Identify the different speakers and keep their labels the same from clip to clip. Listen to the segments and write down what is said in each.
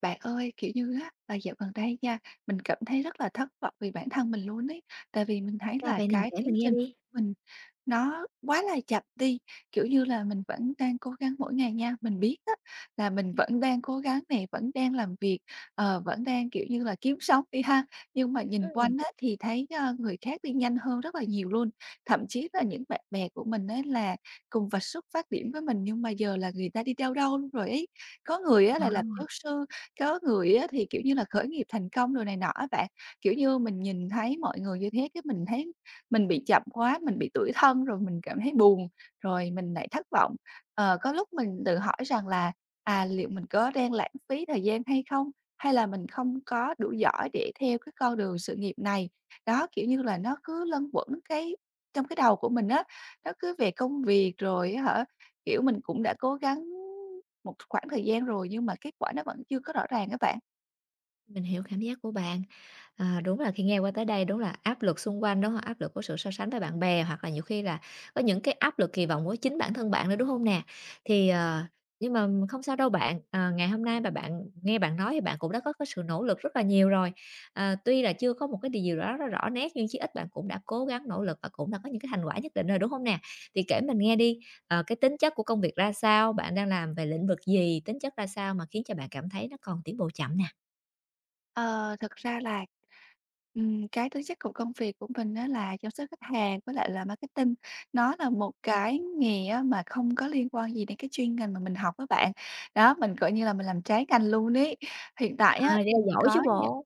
Speaker 1: Bạn ơi, kiểu như á, là dạo gần đây nha, mình cảm thấy rất là thất vọng vì bản thân mình luôn ấy. Tại vì mình thấy
Speaker 2: Sao
Speaker 1: là
Speaker 2: vậy nè?
Speaker 1: cái
Speaker 2: Kể
Speaker 1: tiến
Speaker 2: mình nghe
Speaker 1: trình
Speaker 2: đi.
Speaker 1: của mình nó quá là chậm đi, kiểu như là, mình vẫn đang cố gắng mỗi ngày nha, mình biết á là mình vẫn đang cố gắng nè, vẫn đang làm việc, vẫn đang, kiểu như là, kiếm sống đi ha, nhưng mà nhìn
Speaker 2: Ừm.
Speaker 1: quanh á thì thấy, người khác đi nhanh hơn rất là nhiều luôn. Thậm chí là những bạn bè của mình á là cùng vạch xuất phát điểm với mình nhưng mà giờ là người ta đi đâu đâu luôn rồi ấy. Có người á
Speaker 2: Ờ.
Speaker 1: là làm giáo sư, có người á thì, kiểu như là, khởi nghiệp thành công rồi này nọ á bạn. Kiểu như, mình nhìn thấy mọi người như thế cái mình thấy mình bị chậm quá, mình bị tủi thân, rồi mình cảm thấy buồn, rồi mình lại thất vọng. Ờ, có lúc mình tự hỏi rằng là, à, liệu mình có đang lãng phí thời gian hay không? Hay là mình không có đủ giỏi để theo cái con đường sự nghiệp này? Đó, kiểu như là, nó cứ lân quẩn cái trong cái đầu của mình á, nó cứ về công việc rồi á hả, kiểu, mình cũng đã cố gắng một khoảng thời gian rồi nhưng mà kết quả nó vẫn chưa có rõ ràng các bạn.
Speaker 2: Mình hiểu cảm giác của bạn. À, đúng là khi nghe qua tới đây đúng là áp lực xung quanh, đúng hông? Áp lực của sự so sánh với bạn bè hoặc là nhiều khi là có những cái áp lực kỳ vọng của chính bản thân bạn nữa, đúng không nè? Thì, nhưng mà không sao đâu bạn, à, ngày hôm nay mà bạn nghe bạn nói thì bạn cũng đã có cái sự nỗ lực rất là nhiều rồi. À, tuy là chưa có một cái điều gì đó nó rõ nét nhưng chí ít bạn cũng đã cố gắng nỗ lực và cũng đã có những cái thành quả nhất định rồi, đúng không nè? Thì kể mình nghe đi, cái tính chất của công việc ra sao? Bạn đang làm về lĩnh vực gì? Tính chất ra sao mà khiến cho bạn cảm thấy nó còn tiến bộ chậm nè?
Speaker 1: Ờ, thực ra là cái tính chất của công việc của mình á là chăm sóc khách hàng với lại là marketing. Nó là một cái nghề á mà không có liên quan gì đến cái chuyên ngành mà mình học các bạn. Đó, mình, coi như là, mình làm trái ngành luôn ấy. Hiện tại
Speaker 2: À,
Speaker 1: á
Speaker 2: vậy
Speaker 1: thì
Speaker 2: là
Speaker 1: mình
Speaker 2: giỏi chứ
Speaker 1: có những
Speaker 2: bộ.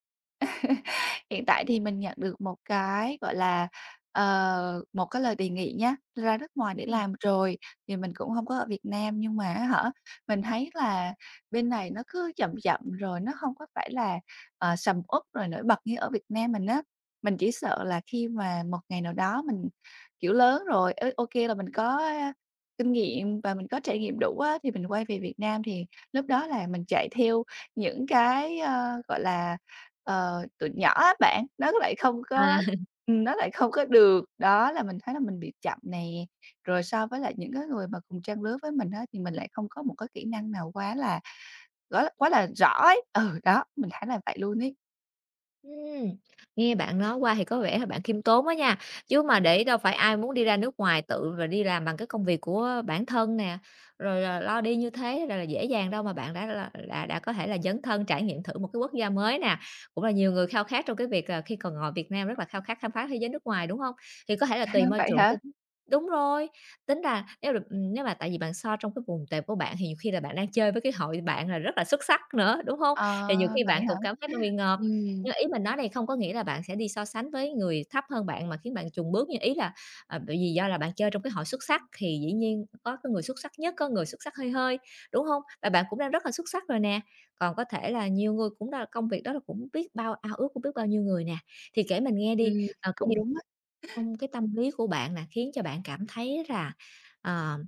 Speaker 1: Hiện tại thì mình nhận được một cái, gọi là, một cái lời đề nghị nhá, ra nước ngoài để
Speaker 2: Ừm.
Speaker 1: làm rồi, thì mình cũng không có ở Việt Nam, nhưng mà á hả, mình thấy là bên này nó cứ chậm chậm, rồi nó không có phải là, sầm uất rồi nổi bật như ở Việt Nam mình á. Mình chỉ sợ là khi mà một ngày nào đó mình, kiểu, lớn rồi, là mình có, kinh nghiệm và mình có trải nghiệm đủ á, thì mình quay về Việt Nam thì lúc đó là mình chạy theo những cái, gọi là tụi nhỏ á bạn,
Speaker 2: À,
Speaker 1: nó lại không có được. Đó, là mình thấy là mình bị chậm nè, rồi so với lại những cái người mà cùng trang lứa với mình á, thì mình lại không có một cái kỹ năng nào quá là gói là quá là rõ ấy. Ừ, đó, mình thấy là vậy luôn ấy.
Speaker 2: Ừm, nghe bạn nói qua thì có vẻ là bạn khiêm tốn đó nha, chứ mà để đâu phải ai muốn đi ra nước ngoài tự và đi làm bằng cái công việc của bản thân nè, rồi là lo đi như thế là dễ dàng đâu mà bạn đã có thể là dấn thân trải nghiệm thử một cái quốc gia mới nè, cũng là nhiều người khao khát trong cái việc là khi còn ngồi Việt Nam rất là khao khát khám phá thế giới nước ngoài, đúng không? Thì có thể là tùy môi
Speaker 1: Vậy
Speaker 2: trường
Speaker 1: hả?
Speaker 2: tính, đúng rồi, tính ra nếu được, nếu mà tại vì bạn so trong cái vùng tệp của bạn thì nhiều khi là bạn đang chơi với cái hội bạn là rất là xuất sắc nữa, đúng không?
Speaker 1: Ờ,
Speaker 2: Thì nhiều khi
Speaker 1: vậy
Speaker 2: bạn
Speaker 1: hả?
Speaker 2: cũng cảm thấy bạn bị ngợp.
Speaker 1: Ừm,
Speaker 2: Nhưng ý mình nói đây không có nghĩa là bạn sẽ đi so sánh với người thấp hơn bạn mà khiến bạn chùn bước, nhưng ý là, à, bởi vì do là bạn chơi trong cái hội xuất sắc thì dĩ nhiên có cái người xuất sắc nhất, có người xuất sắc hơi hơi, đúng không? Và bạn cũng đang rất là xuất sắc rồi nè, còn có thể là nhiều người cũng là công việc đó là cũng biết bao ao ước của biết bao nhiêu người nè. Thì kể mình nghe đi,
Speaker 1: ừm,
Speaker 2: cái
Speaker 1: Cũng
Speaker 2: điều
Speaker 1: đúng á.
Speaker 2: trong cái tâm lý của bạn là khiến cho bạn cảm thấy là, ờ,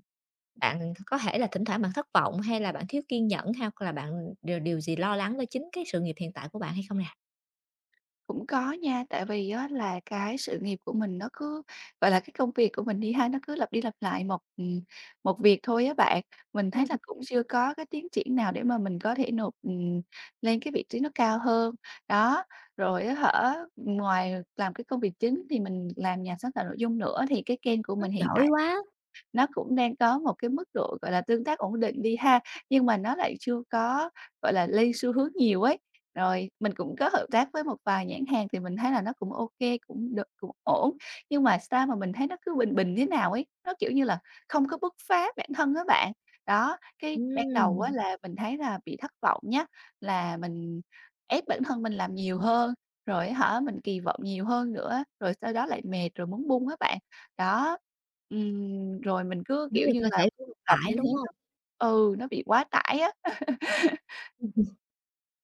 Speaker 2: bạn có thể là thỉnh thoảng bạn thất vọng, hay là bạn thiếu kiên nhẫn, hoặc là bạn điều điều gì lo lắng với chính cái sự nghiệp hiện tại của bạn hay không nè?
Speaker 1: Cũng có nha, tại vì á là cái sự nghiệp của mình nó cứ, gọi là, cái công việc của mình đi ha, nó cứ lặp đi lặp lại một việc thôi á bạn. Mình thấy là cũng chưa có cái tiến triển nào để mà mình có thể nộp, lên cái vị trí nó cao hơn. Đó, rồi á hả, ngoài làm cái công việc chính thì mình làm nhà sáng tạo nội dung nữa, thì cái kênh của
Speaker 2: Ưm,
Speaker 1: mình hiện
Speaker 2: giỏi
Speaker 1: tại
Speaker 2: quá!
Speaker 1: nó cũng đang có một cái mức độ, gọi là, tương tác ổn định đi ha, nhưng mà nó lại chưa có, gọi là, lên xu hướng nhiều ấy. Rồi mình cũng có hợp tác với một vài nhãn hàng thì mình thấy là nó cũng ok, cũng được, cũng ổn, nhưng mà sao mà mình thấy nó cứ bình bình thế nào ấy, nó, kiểu như là, không có bứt phá bản thân á bạn. Đó, cái ban đầu á
Speaker 2: Ừm,
Speaker 1: là mình thấy là bị thất vọng nhá, là mình ép bản thân mình làm nhiều hơn, rồi á hả, mình kỳ vọng nhiều hơn nữa, rồi sau đó lại mệt rồi muốn buông á bạn. Đó, rồi mình cứ,
Speaker 2: giống
Speaker 1: kiểu
Speaker 2: như
Speaker 1: như
Speaker 2: cơ
Speaker 1: là,
Speaker 2: thể
Speaker 1: cứ lặp
Speaker 2: tải,
Speaker 1: như thế
Speaker 2: đúng
Speaker 1: đó.
Speaker 2: hông?
Speaker 1: Ừ, nó bị quá tải á.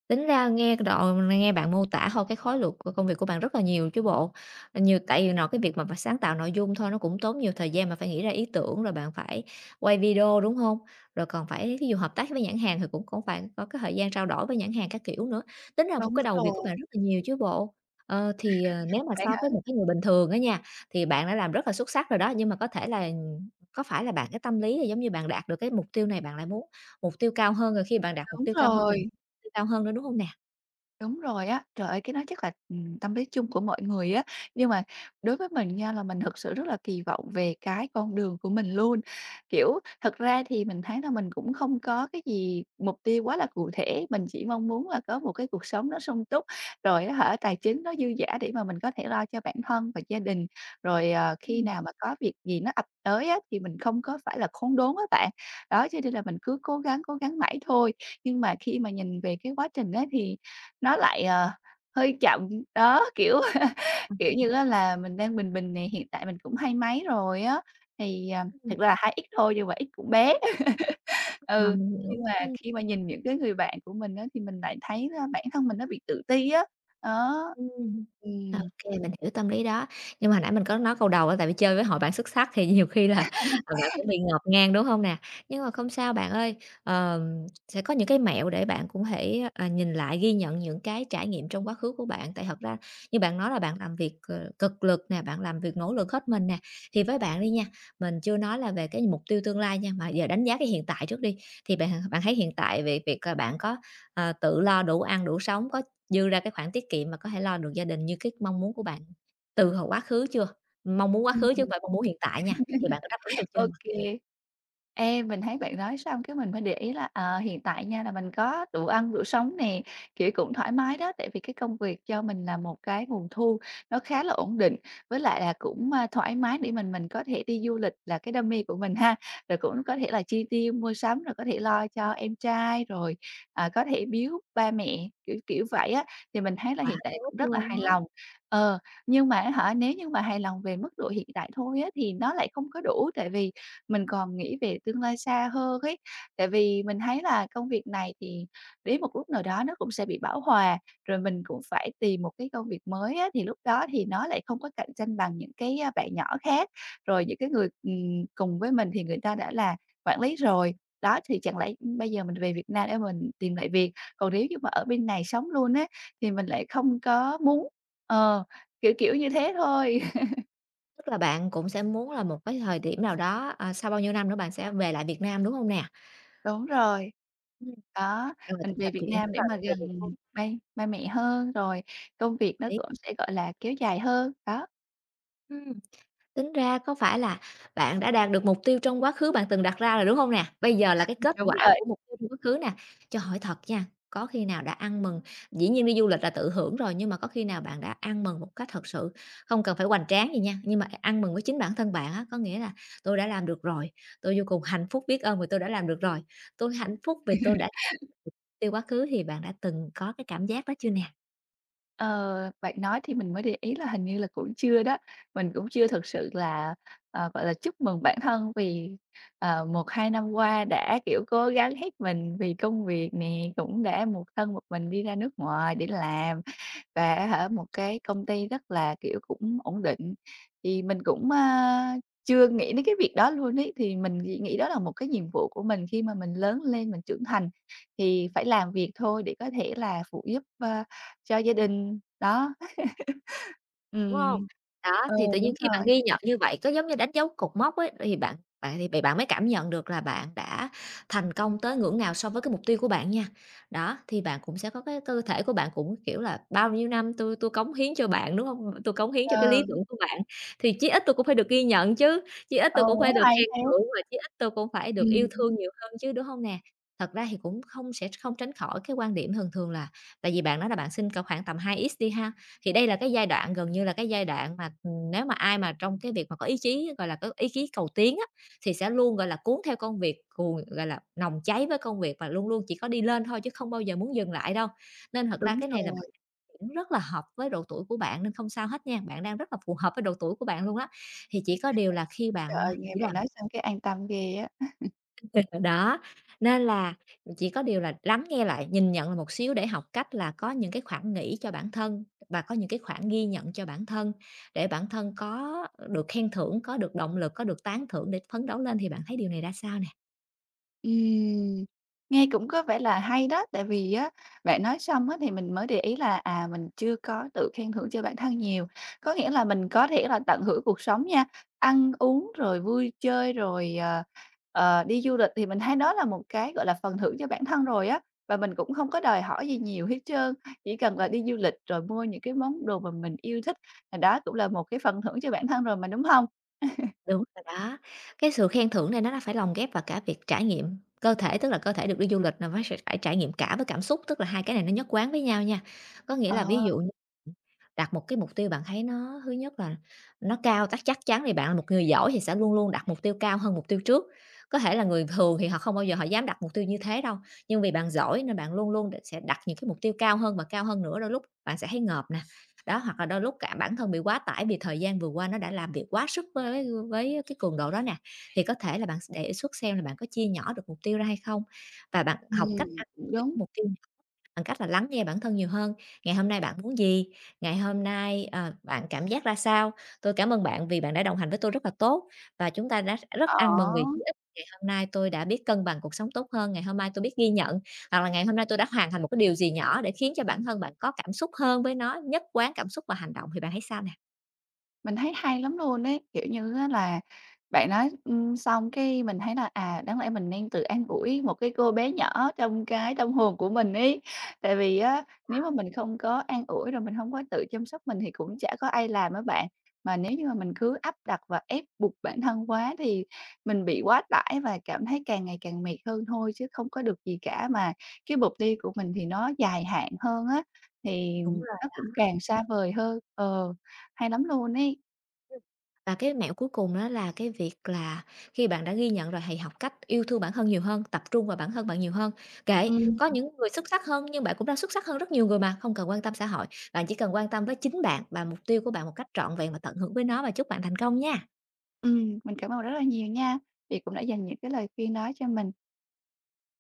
Speaker 2: Tính ra nghe bạn mô tả thôi cái khối lượng của công việc của bạn rất là nhiều chứ bộ. Ờ, nhiều tại vì nội cái việc mà phải sáng tạo nội dung thôi nó cũng tốn nhiều thời gian mà phải nghĩ ra ý tưởng, rồi bạn phải quay video, đúng không? Rồi còn phải thí dụ hợp tác với nhãn hàng thì cũng cũng phải có cái thời gian trao đổi với nhãn hàng các kiểu nữa. Tính ra một
Speaker 1: Đúng
Speaker 2: cái đầu việc của
Speaker 1: rồi,
Speaker 2: bạn rất là nhiều chứ bộ. Ờ, thì, nếu mà
Speaker 1: bạn
Speaker 2: so
Speaker 1: hả?
Speaker 2: với một cái người bình thường á nha, thì bạn đã làm rất là xuất sắc rồi đó, nhưng mà có phải là bạn cái tâm lý là giống như bạn đạt được cái mục tiêu này bạn lại muốn mục tiêu cao hơn, rồi khi bạn đạt mục
Speaker 1: Đúng
Speaker 2: tiêu
Speaker 1: rồi.
Speaker 2: cao hơn nữa, đúng hông nè?
Speaker 1: Đúng rồi á. Trời ơi, cái đó chắc là, tâm lý chung của mọi người á. Nhưng mà đối với mình nha, là mình thực sự rất là kỳ vọng về cái con đường của mình luôn. Kiểu, thật ra thì mình thấy là mình cũng không có cái gì mục tiêu quá là cụ thể, mình chỉ mong muốn là có một cái cuộc sống nó sung túc, rồi á hả, tài chính nó dư dả để mà mình có thể lo cho bản thân và gia đình. Rồi, khi
Speaker 2: Ừm,
Speaker 1: nào mà có việc gì nó ập tới á, thì mình không có phải là khốn đốn á bạn. Đó, cho nên là mình cứ cố gắng mãi thôi. Nhưng mà khi mà nhìn về cái quá trình á thì nó lại, hơi chậm, đó, kiểu, kiểu như á là mình đang bình bình nè, hiện tại mình cũng 2 mấy rồi á, thì, à,
Speaker 2: ừm.
Speaker 1: thực ra là hai x thôi nhưng mà X cũng bé.
Speaker 2: Ờ,
Speaker 1: Ừ,
Speaker 2: mình
Speaker 1: nhưng
Speaker 2: hiểu,
Speaker 1: mà
Speaker 2: ừm.
Speaker 1: khi mà nhìn những cái người bạn của mình á thì mình lại thấy, bản thân mình nó bị tự ti á, đó.
Speaker 2: Ừm.
Speaker 1: Ừm.
Speaker 2: Ô, mình hiểu tâm lý đó. Nhưng mà hồi nãy mình có nói câu đầu á, tại vì chơi với hội bạn xuất sắc thì nhiều khi là, bạn cũng bị ngộp ngang, đúng hông nè? Nhưng mà không sao bạn ơi, sẽ có những cái mẹo để bạn cũng thể, à, nhìn lại, ghi nhận những cái trải nghiệm trong quá khứ của bạn. Tại thật ra như bạn nói là bạn làm việc, cực lực nè, bạn làm việc nỗ lực hết mình nè, thì với bạn đi nha, mình chưa nói là về cái mục tiêu tương lai nha, mà giờ đánh giá cái hiện tại trước đi. Thì bạn bạn thấy hiện tại về việc, à, bạn có, tự lo đủ ăn đủ sống, có dư ra cái khoản tiết kiệm mà có thể lo được gia đình như cái mong muốn của bạn từ hồi quá khứ chưa? Mong muốn quá khứ chứ không phải mong muốn hiện tại nha, thì
Speaker 1: Ừm.
Speaker 2: bạn có đáp ứng được chưa
Speaker 1: Ô
Speaker 2: nè?
Speaker 1: kê. Ê, mình thấy bạn nói xong cái mình mới để ý là, hiện tại nha là mình có đủ ăn đủ sống nè, kiểu, cũng thoải mái đó, tại vì cái công việc cho mình là một cái nguồn thu nó khá là ổn định, với lại là cũng, thoải mái để mình có thể đi du lịch là cái đam mê của mình ha, rồi cũng có thể là chi tiêu mua sắm, rồi có thể lo cho em trai, rồi, à, có thể biếu ba mẹ, kiểu vậy á. Thì mình thấy là
Speaker 2: Quá
Speaker 1: hiện tại
Speaker 2: tốt
Speaker 1: cũng rất là
Speaker 2: luôn
Speaker 1: hài
Speaker 2: á!
Speaker 1: lòng. Ờ. Nhưng mà á hả, nếu như mà hài lòng về mức độ hiện tại thôi á, thì nó lại không có đủ, tại vì mình còn nghĩ về tương lai xa hơn ấy. Tại vì mình thấy là công việc này thì đến một lúc nào đó nó cũng sẽ bị bão hòa, rồi mình cũng phải tìm một cái công việc mới á, thì lúc đó thì nó lại không có cạnh tranh bằng những cái, bạn nhỏ khác. Rồi những cái người, cùng với mình thì người ta đã là quản lý rồi, đó, thì chẳng lẽ, bây giờ mình về Việt Nam để mình tìm lại việc, còn nếu như mà ở bên này sống luôn á, thì mình lại không có muốn. Ờ. Kiểu như thế thôi.
Speaker 2: Tức là bạn cũng sẽ muốn là một cái thời điểm nào đó, à, sau bao nhiêu năm nữa bạn sẽ về lại Việt Nam, đúng không nè?
Speaker 1: Đúng rồi.
Speaker 2: Ừm,
Speaker 1: Đó,
Speaker 2: rồi,
Speaker 1: mình về Việt Nam
Speaker 2: tức
Speaker 1: để
Speaker 2: là
Speaker 1: mà
Speaker 2: về Việt Nam
Speaker 1: gần ba ba mẹ hơn, rồi công
Speaker 2: hợp
Speaker 1: việc nó
Speaker 2: lý.
Speaker 1: cũng sẽ, gọi là, kéo dài hơn. Đó,
Speaker 2: Ừm. Tính ra có phải là bạn đã đạt được mục tiêu trong quá khứ bạn từng đặt ra rồi, đúng không nè? Bây giờ là cái kết
Speaker 1: đúng
Speaker 2: quả
Speaker 1: rồi.
Speaker 2: của mục tiêu trong quá khứ nè. Cho hỏi thật nha, có khi nào đã ăn mừng dĩ nhiên đi du lịch là tự hưởng rồi, nhưng mà có khi nào bạn đã ăn mừng một cách thật sự, không cần phải hoành tráng gì nha, nhưng mà ăn mừng với chính bản thân bạn á, có nghĩa là "Tôi đã làm được rồi, tôi vô cùng hạnh phúc, biết ơn vì tôi đã làm được rồi, tôi hạnh phúc vì tôi đã tiêu quá khứ." thì bạn đã từng có cái cảm giác đó chưa nè?
Speaker 1: Ờ, bạn nói thì mình mới để ý là hình như là cũng chưa đó, mình cũng chưa thực sự là, gọi là, chúc mừng bản thân vì, 1, 2 năm qua đã, kiểu, cố gắng hết mình vì công việc nè, cũng đã một thân một mình đi ra nước ngoài để làm. Và á hả, một cái công ty rất là, kiểu, cũng ổn định, thì mình cũng, chưa nghĩ đến cái việc đó luôn ấy. Thì mình chỉ nghĩ đó là một cái nhiệm vụ của mình khi mà mình lớn lên, mình trưởng thành thì phải làm việc thôi để có thể là phụ giúp, cho gia đình, đó.
Speaker 2: Đúng
Speaker 1: Ừm.
Speaker 2: hông? Đó,
Speaker 1: Ừ, Ờ,
Speaker 2: thì tự nhiên
Speaker 1: đúng
Speaker 2: khi bạn
Speaker 1: rồi,
Speaker 2: ghi nhận như vậy, có giống như đánh dấu cột mốc ấy, thì bạn bạn thì bạn mới cảm nhận được là bạn đã thành công tới ngưỡng nào so với cái mục tiêu của bạn nha. Đó, thì bạn cũng sẽ có cái cơ thể của bạn cũng, kiểu là, bao nhiêu năm tui tui cống hiến cho bạn, đúng hông? Tui cống hiến cho
Speaker 1: ờ,
Speaker 2: cái lý tưởng của bạn, thì chí ít tui cũng phải được ghi nhận chứ, chí ít
Speaker 1: ừ,
Speaker 2: tui cũng phải được
Speaker 1: hay
Speaker 2: khen
Speaker 1: thế.
Speaker 2: thưởng và chí ít tui cũng phải được yêu
Speaker 1: Ừm,
Speaker 2: thương nhiều hơn chứ, đúng hông nè? Thật ra thì cũng không sẽ không tránh khỏi cái quan điểm thường thường là tại vì bạn nói là bạn xin cỡ khoảng tầm hai x đi ha, thì đây là cái giai đoạn gần như là cái giai đoạn mà, nếu mà ai mà trong cái việc mà có ý chí, gọi là, có ý chí cầu tiến á, thì sẽ luôn, gọi là, cuốn theo công việc, cuồng gọi là, nồng cháy với công việc và luôn luôn chỉ có đi lên thôi chứ không bao giờ muốn dừng lại đâu. Nên thật ra
Speaker 1: đúng
Speaker 2: cái này là bạn
Speaker 1: rồi.
Speaker 2: cũng rất là hợp với độ tuổi của bạn nên không sao hết nha, bạn đang rất là phù hợp với độ tuổi của bạn luôn á. Thì chỉ có điều là khi
Speaker 1: Trời
Speaker 2: bạn,
Speaker 1: ơi,
Speaker 2: à,
Speaker 1: nghe
Speaker 2: chỉ
Speaker 1: bạn
Speaker 2: là
Speaker 1: nói xong cái an tâm ghê á.
Speaker 2: Đó, nên là chỉ có điều là lắng nghe lại, nhìn nhận lại một xíu để học cách là có những cái khoảng nghỉ cho bản thân và có những cái khoảng ghi nhận cho bản thân, để bản thân có được khen thưởng, có được động lực, có được tán thưởng để phấn đấu lên, thì bạn thấy điều này ra sao nè?
Speaker 1: Ừm, nghe cũng có vẻ là hay đó, tại vì á, bạn nói xong á thì mình mới để ý là, à, mình chưa có tự khen thưởng cho bản thân nhiều. Có nghĩa là mình có thể là tận hưởng cuộc sống nha, ăn uống rồi vui chơi rồi, đi du lịch thì mình thấy đó là một cái, gọi là, phần thưởng cho bản thân rồi á, và mình cũng không có đòi hỏi gì nhiều hết trơn. Chỉ cần là đi du lịch rồi mua những cái món đồ mà mình yêu thích là đó cũng là một cái phần thưởng cho bản thân rồi mà, đúng không?
Speaker 2: Đúng rồi đó. Cái sự khen thưởng này nó đã phải lồng ghép vào cả việc trải nghiệm cơ thể, tức là cơ thể được đi du lịch là nó phải trải nghiệm cả với cảm xúc, tức là hai cái này nó nhất quán với nhau nha. Có nghĩa
Speaker 1: Ờ,
Speaker 2: là ví dụ như đặt một cái mục tiêu bạn thấy nó thứ nhất là nó cao chắc chắc chắn thì bạn là một người giỏi thì sẽ luôn luôn đặt mục tiêu cao hơn mục tiêu trước. Có thể là người thường thì họ không bao giờ họ dám đặt mục tiêu như thế đâu, nhưng vì bạn giỏi nên bạn luôn luôn sẽ đặt những cái mục tiêu cao hơn và cao hơn nữa, đôi lúc bạn sẽ thấy ngợp nè. Đó, hoặc là đôi lúc cả bản thân bị quá tải vì thời gian vừa qua nó đã làm việc quá sức với cái cường độ đó nè, thì có thể là bạn đề xuất xem là bạn có chia nhỏ được mục tiêu ra hay không? Và bạn học
Speaker 1: ừm,
Speaker 2: cách ăn
Speaker 1: cũng
Speaker 2: được cái
Speaker 1: đúng.
Speaker 2: mục tiêu bằng cách là lắng nghe bản thân nhiều hơn. Ngày hôm nay bạn muốn gì? Ngày hôm nay, bạn cảm giác ra sao? Tôi cảm ơn bạn vì bạn đã đồng hành với tôi rất là tốt và chúng ta đã rất
Speaker 1: Ờ.
Speaker 2: ăn mừng vì chí ít ngày hôm nay tôi đã biết cân bằng cuộc sống tốt hơn, ngày hôm nay tôi biết ghi nhận, hoặc là ngày hôm nay tôi đã hoàn thành một cái điều gì nhỏ để khiến cho bản thân bạn có cảm xúc hơn với nó, nhất quán cảm xúc và hành động thì bạn thấy sao nè?
Speaker 1: Mình thấy hay lắm luôn ấy, kiểu như á là, bạn nói, xong cái mình thấy là, à, đáng lẽ mình nên tự an ủi một cái cô bé nhỏ trong cái tâm hồn của mình ấy. Tại vì á, nếu mà mình không có an ủi rồi mình không có tự chăm sóc mình thì cũng chả có ai làm á bạn. Mà nếu như mà mình cứ áp đặt và ép buộc bản thân quá thì mình bị quá tải và cảm thấy càng ngày càng mệt hơn thôi chứ không có được gì cả. Mà cái mục tiêu của mình thì nó dài hạn hơn á, thì
Speaker 2: Đúng rồi.
Speaker 1: nó cũng càng xa vời hơn. Ờ, hay lắm luôn ấy.
Speaker 2: Và cái mẹo cuối cùng đó là cái việc là khi bạn đã ghi nhận rồi hãy học cách yêu thương bản thân nhiều hơn, tập trung vào bản thân bạn nhiều hơn. Kệ,
Speaker 1: Ừm,
Speaker 2: có những người xuất sắc hơn nhưng bạn cũng đã xuất sắc hơn rất nhiều người mà, không cần quan tâm xã hội, bạn chỉ cần quan tâm với chính bạn và mục tiêu của bạn một cách trọn vẹn và tận hưởng với nó và chúc bạn thành công nha.
Speaker 1: ừm, mình cảm ơn rất là nhiều nha, vì cũng đã dành những cái lời khuyên đó cho mình.